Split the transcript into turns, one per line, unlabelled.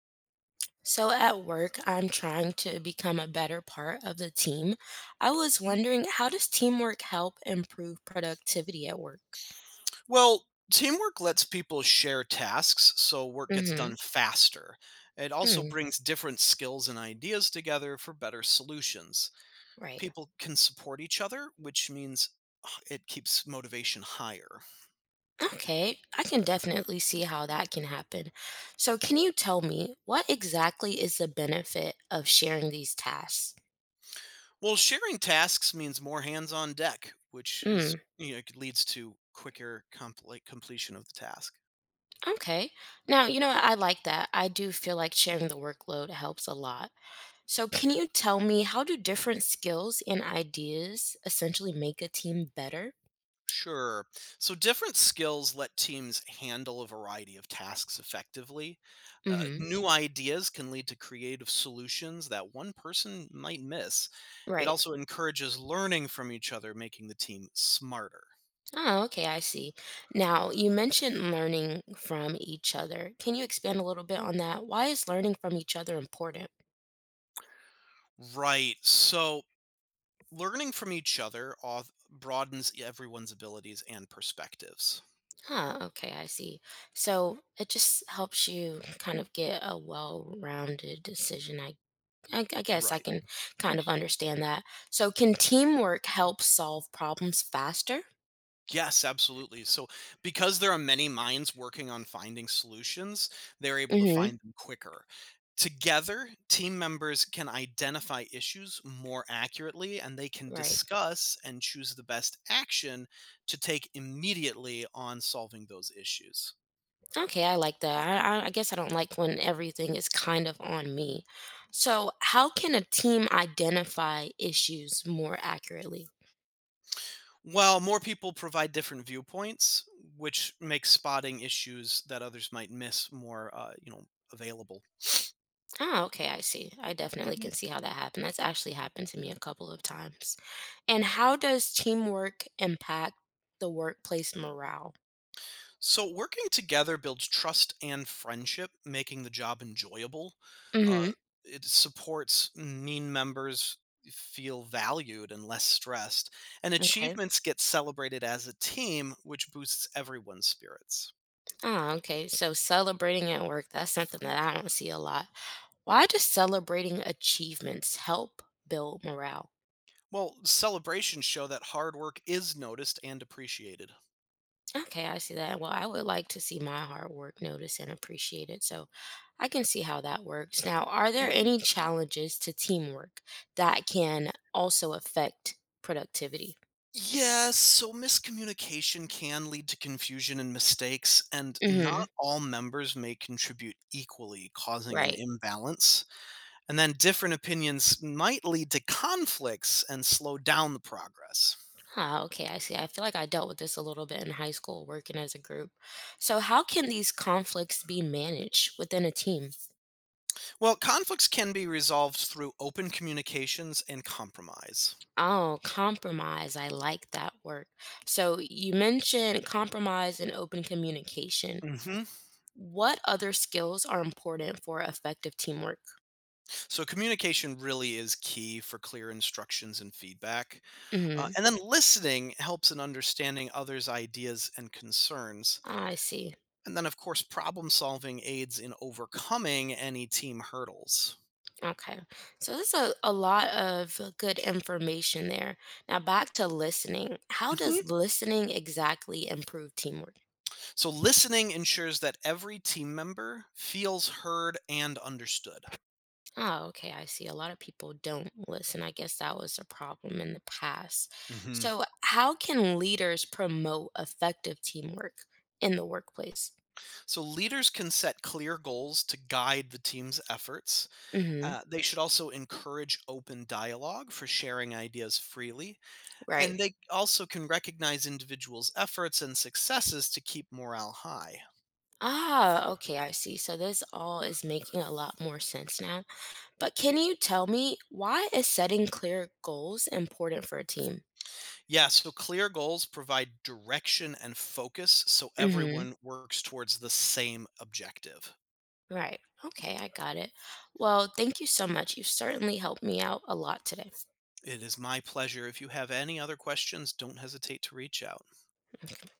So at work, I'm trying to become a better part of the team. I was wondering, how does teamwork help improve productivity at work?
Well, teamwork lets people share tasks so work gets
Mm-hmm.
done faster. It also
Hmm.
brings different skills and ideas together for better solutions.
Right.
People can support each other, which means it keeps motivation higher.
Okay. I can definitely see how that can happen. So can you tell me what exactly is the benefit of sharing these tasks?
Well, sharing tasks means more hands on deck, which is
Mm,
you know, it leads to quicker compli completion of the task.
okay. Now, I like that. I do feel like sharing the workload helps a lot. So, can you tell me how do different skills and ideas essentially make a team better?
Sure. So different skills let teams handle a variety of tasks effectively.
Hmm.
New ideas can lead to creative solutions that one person might miss. It
Right.
also encourages learning from each other, making the team smarter.
Oh, okay, I see. Now, you mentioned learning from each other. Can you expand a little bit on that? Why is learning from each other important?
Right. So learning from each other broadens everyone's abilities and perspectives.
Huh, okay, I see. So it just helps you kind of get a well-rounded decision. I guess I
Right.
can kind of understand that. So can teamwork help solve problems faster?
Yes, absolutely. So, because there are many minds working on finding solutions, they're able to
Mm-hmm.
find them quicker. Together, team members can identify issues more accurately, and they can
Right.
discuss and choose the best action to take immediately on solving those issues.
Okay, I like that. I guess I don't like when everything is kind of on me. So, how can a team identify issues more accurately?
While more people provide different viewpoints, which makes spotting issues that others might miss more, available.
Ah, okay, I see. I definitely can see how that happened. That's actually happened to me a couple of times. And how does teamwork impact the workplace morale?
So, working together builds trust and friendship, making the job enjoyable. Uh,
Mm-hmm.
it supports mean members feel valued and less stressed, and
Okay.
achievements get celebrated as a team, which boosts everyone's spirits.
Ah, okay. So celebrating at work, that's something that I don't see a lot. Why does celebrating achievements help build morale?
Well, celebrations show that hard work is noticed and appreciated.
Okay, I see that. Well, I would like to see my hard work noticed and appreciated, so I can see how that works. Now, are there any challenges to teamwork that can also affect productivity?
Yes, so miscommunication can lead to confusion and mistakes, and
Mm-hmm.
not all members may contribute equally, causing an
Right.
imbalance. And then different opinions might lead to conflicts and slow down the progress.
Ah, okay, I see. I feel like I dealt with this a little bit in high school working as a group. So, how can these conflicts be managed within a team?
Well, conflicts can be resolved through open communications and compromise.
Oh, compromise. I like that word. So, you mentioned compromise and open communication.
Hmm.
What other skills are important for effective teamwork?
So, communication really is key for clear instructions and feedback. Uh,
Mhm.
and then listening helps in understanding others' ideas and concerns.
I see.
And then, of course, problem solving aids in overcoming any team hurdles.
Okay. So that's a lot of good information there. Now back to listening. How
Mhm.
does listening exactly improve teamwork?
So, listening ensures that every team member feels heard and understood.
Oh, okay. I see. A lot of people don't listen. I guess that was a problem in the past.
Mhm.
So, how can leaders promote effective teamwork in the workplace?
So, leaders can set clear goals to guide the team's efforts.
Hmm.
They should also encourage open dialogue for sharing ideas freely.
Right.
And they also can recognize individuals' efforts and successes to keep morale high.
Ah, okay. I see. So, this all is making a lot more sense now. But can you tell me why is setting clear goals important for a team?
Yeah, so clear goals provide direction and focus so
Mhm.
everyone works towards the same objective.
Right. Okay, I got it. Well, thank you so much. You certainly helped me out a lot today.
It is my pleasure. If you have any other questions, don't hesitate to reach out.